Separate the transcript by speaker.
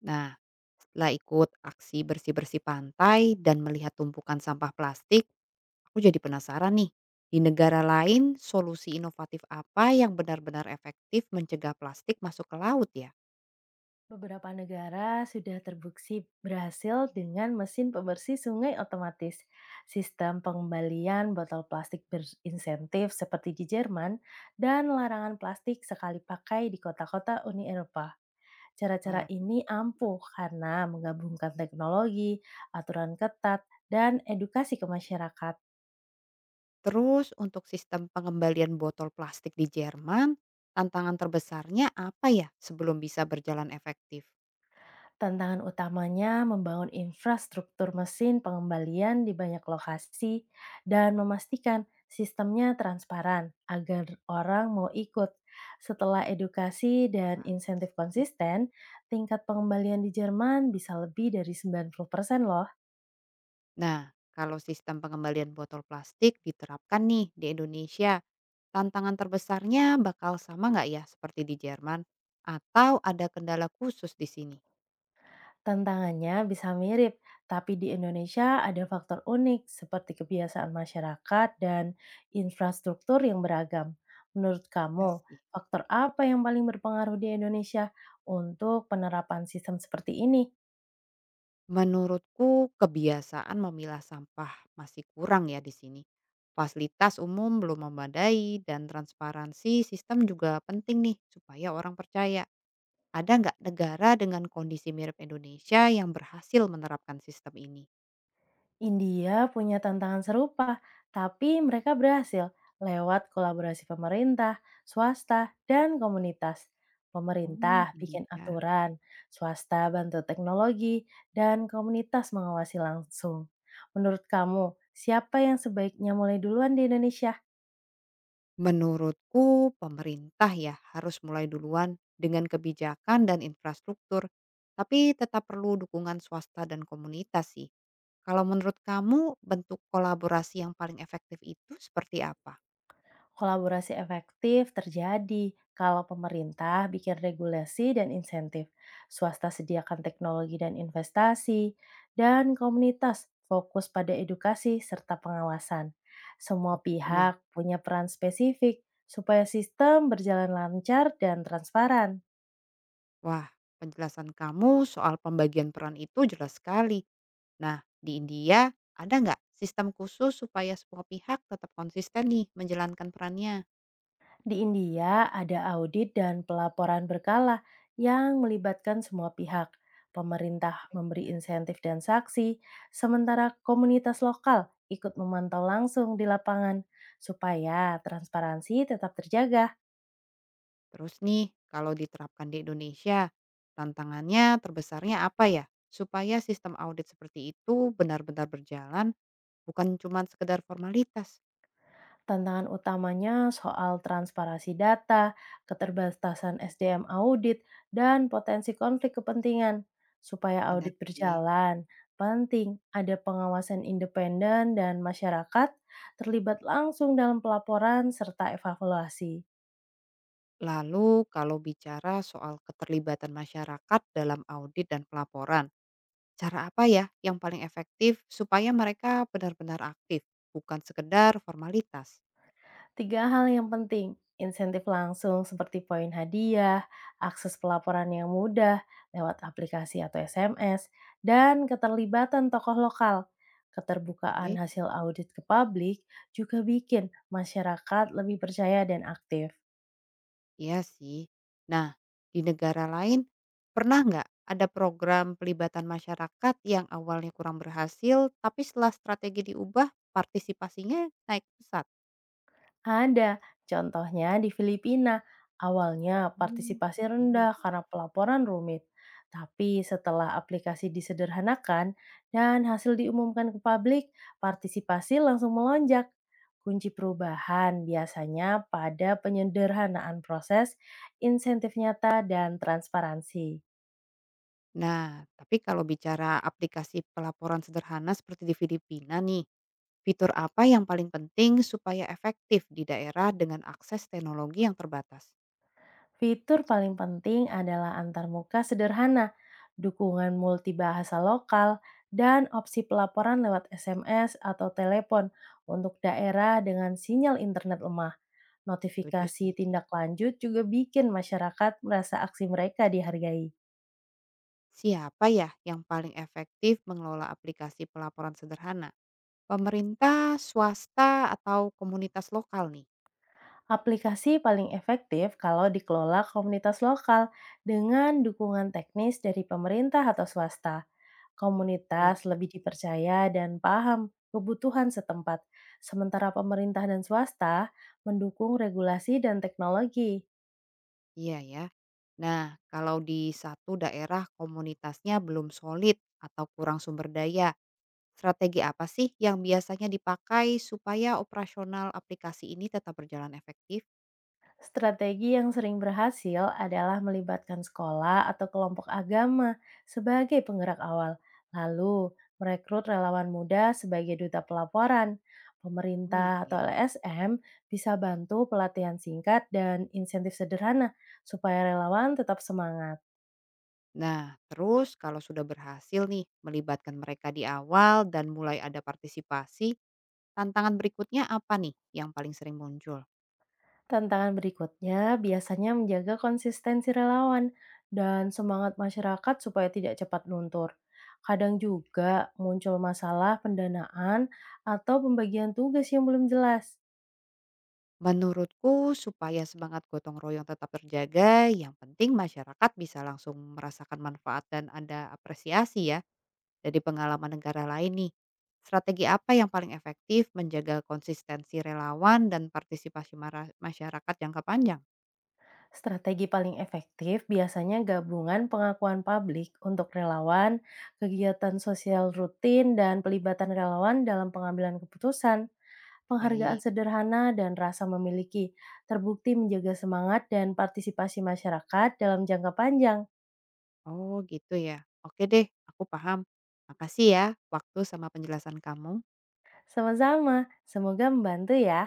Speaker 1: Nah, setelah ikut aksi bersih-bersih pantai dan melihat tumpukan sampah plastik, aku jadi penasaran nih. Di negara lain, solusi inovatif apa yang benar-benar efektif mencegah plastik masuk ke laut ya?
Speaker 2: Beberapa negara sudah terbukti berhasil dengan mesin pembersih sungai otomatis. Sistem pengembalian botol plastik berinsentif seperti di Jerman dan larangan plastik sekali pakai di kota-kota Uni Eropa. Cara-cara
Speaker 1: Wah.
Speaker 2: ini ampuh karena menggabungkan teknologi, aturan ketat, dan edukasi ke masyarakat.
Speaker 1: Terus untuk sistem pengembalian botol plastik di Jerman, tantangan terbesarnya apa ya sebelum bisa berjalan efektif?
Speaker 2: Tantangan utamanya membangun infrastruktur mesin pengembalian di banyak lokasi dan memastikan sistemnya transparan agar orang mau ikut. Setelah edukasi
Speaker 1: Masuk
Speaker 2: dan
Speaker 1: akal
Speaker 2: insentif
Speaker 1: sih.
Speaker 2: konsisten, tingkat pengembalian di Jerman bisa lebih dari 90% loh.
Speaker 1: Nah, kalau sistem pengembalian botol plastik diterapkan nih di Indonesia, tantangan terbesarnya bakal sama nggak ya seperti di Jerman? Atau ada kendala khusus di sini?
Speaker 2: Tantangannya bisa mirip, tapi di Indonesia ada faktor unik seperti kebiasaan masyarakat dan infrastruktur yang beragam. Menurut
Speaker 1: Ya
Speaker 2: kamu,
Speaker 1: sih.
Speaker 2: faktor apa yang paling berpengaruh di Indonesia untuk penerapan sistem seperti ini?
Speaker 1: Menurutku kebiasaan memilah sampah masih kurang ya di sini. Fasilitas umum belum memadai dan transparansi sistem juga penting nih supaya orang percaya. Ada nggak negara dengan kondisi mirip Indonesia yang berhasil menerapkan sistem ini?
Speaker 2: India punya tantangan serupa, tapi mereka berhasil lewat kolaborasi pemerintah, swasta, dan komunitas.
Speaker 1: Oh,
Speaker 2: Pemerintah bikin
Speaker 1: India.
Speaker 2: aturan, swasta bantu teknologi, dan komunitas mengawasi langsung. Menurut kamu, siapa yang sebaiknya mulai duluan di Indonesia?
Speaker 1: Menurutku pemerintah ya harus mulai duluan dengan kebijakan dan infrastruktur, tapi tetap perlu dukungan swasta dan komunitas sih. Kalau menurut kamu bentuk kolaborasi yang paling efektif itu seperti apa?
Speaker 2: Kolaborasi efektif terjadi kalau pemerintah bikin regulasi dan insentif, swasta sediakan teknologi dan investasi, dan komunitas fokus pada edukasi serta pengawasan. Semua
Speaker 1: Oke.
Speaker 2: pihak punya peran spesifik supaya sistem berjalan lancar dan transparan.
Speaker 1: Wah, penjelasan kamu soal pembagian peran itu jelas sekali. Nah, di India ada nggak sistem khusus supaya semua pihak tetap konsisten nih menjalankan perannya?
Speaker 2: Di India ada audit dan pelaporan berkala yang melibatkan semua pihak. Pemerintah
Speaker 1: Baik
Speaker 2: memberi
Speaker 1: ya.
Speaker 2: insentif dan saksi, sementara komunitas lokal ikut memantau langsung di lapangan supaya transparansi tetap terjaga.
Speaker 1: Terus nih, kalau diterapkan di Indonesia, tantangannya terbesarnya apa ya? Supaya sistem audit seperti itu benar-benar berjalan, bukan cuma sekedar formalitas.
Speaker 2: Tantangan utamanya soal transparansi data, keterbatasan SDM audit, dan potensi konflik kepentingan. Supaya
Speaker 1: Benar
Speaker 2: audit
Speaker 1: sih.
Speaker 2: berjalan, penting ada pengawasan independen dan masyarakat terlibat langsung dalam pelaporan serta evaluasi.
Speaker 1: Lalu kalau bicara soal keterlibatan masyarakat dalam audit dan pelaporan, cara apa ya yang paling efektif supaya mereka benar-benar aktif, bukan sekedar formalitas?
Speaker 2: Tiga hal yang penting, insentif langsung seperti poin hadiah, akses pelaporan yang mudah lewat aplikasi atau SMS, dan keterlibatan tokoh lokal. Keterbukaan
Speaker 1: Oke.
Speaker 2: hasil audit ke publik juga bikin masyarakat lebih percaya dan aktif.
Speaker 1: Iya sih. Nah, di negara lain pernah nggak ada program pelibatan masyarakat yang awalnya kurang berhasil, tapi setelah strategi diubah, partisipasinya naik pesat?
Speaker 2: Ada, contohnya di Filipina. Awalnya
Speaker 1: Hmm,
Speaker 2: partisipasi
Speaker 1: Filipina
Speaker 2: rendah
Speaker 1: ya.
Speaker 2: karena pelaporan rumit, tapi setelah aplikasi disederhanakan dan hasil diumumkan ke publik, partisipasi langsung melonjak. Kunci perubahan biasanya pada penyederhanaan proses, insentif nyata, dan transparansi.
Speaker 1: Nah, tapi kalau bicara aplikasi pelaporan sederhana seperti di Filipina nih, fitur apa yang paling penting supaya efektif di daerah dengan akses teknologi yang terbatas?
Speaker 2: Fitur paling penting adalah antarmuka sederhana, dukungan multibahasa lokal, dan opsi pelaporan lewat SMS atau telepon untuk daerah dengan sinyal internet lemah.
Speaker 1: Setuju
Speaker 2: Notifikasi
Speaker 1: sih.
Speaker 2: tindak lanjut juga bikin masyarakat merasa aksi mereka dihargai.
Speaker 1: Siapa ya yang paling efektif mengelola aplikasi pelaporan sederhana? Pemerintah, swasta, atau komunitas lokal nih?
Speaker 2: Aplikasi paling efektif kalau dikelola komunitas lokal dengan dukungan teknis dari pemerintah atau swasta.
Speaker 1: Oke.
Speaker 2: Komunitas lebih dipercaya dan paham kebutuhan setempat, sementara pemerintah dan swasta mendukung regulasi dan teknologi.
Speaker 1: Iya ya. Nah, kalau di satu daerah komunitasnya belum solid atau kurang sumber daya, strategi apa sih yang biasanya dipakai supaya operasional aplikasi ini tetap berjalan efektif?
Speaker 2: Strategi yang sering berhasil adalah melibatkan sekolah atau kelompok agama sebagai penggerak awal, lalu merekrut relawan muda sebagai duta pelaporan.
Speaker 1: Oh iya.
Speaker 2: Pemerintah atau LSM bisa bantu pelatihan singkat dan insentif sederhana supaya relawan tetap semangat.
Speaker 1: Nah, terus kalau sudah berhasil nih melibatkan mereka di awal dan mulai ada partisipasi, tantangan berikutnya apa nih yang paling sering muncul?
Speaker 2: Tantangan berikutnya biasanya menjaga konsistensi relawan dan semangat masyarakat supaya tidak cepat luntur. Kadang juga muncul masalah pendanaan atau pembagian tugas yang belum jelas.
Speaker 1: Menurutku supaya semangat gotong royong tetap terjaga, yang penting masyarakat bisa langsung merasakan manfaat dan ada apresiasi ya dari pengalaman negara lain nih. Strategi apa yang paling efektif menjaga konsistensi relawan dan partisipasi masyarakat jangka panjang?
Speaker 2: Strategi paling efektif biasanya gabungan pengakuan publik untuk relawan, kegiatan sosial rutin, dan pelibatan relawan dalam pengambilan keputusan. Penghargaan
Speaker 1: Baik.
Speaker 2: sederhana dan rasa memiliki terbukti menjaga semangat dan partisipasi masyarakat dalam jangka panjang.
Speaker 1: Oh gitu ya. Oke deh, aku paham. Makasih ya waktu sama penjelasan kamu.
Speaker 2: Sama-sama, semoga membantu ya.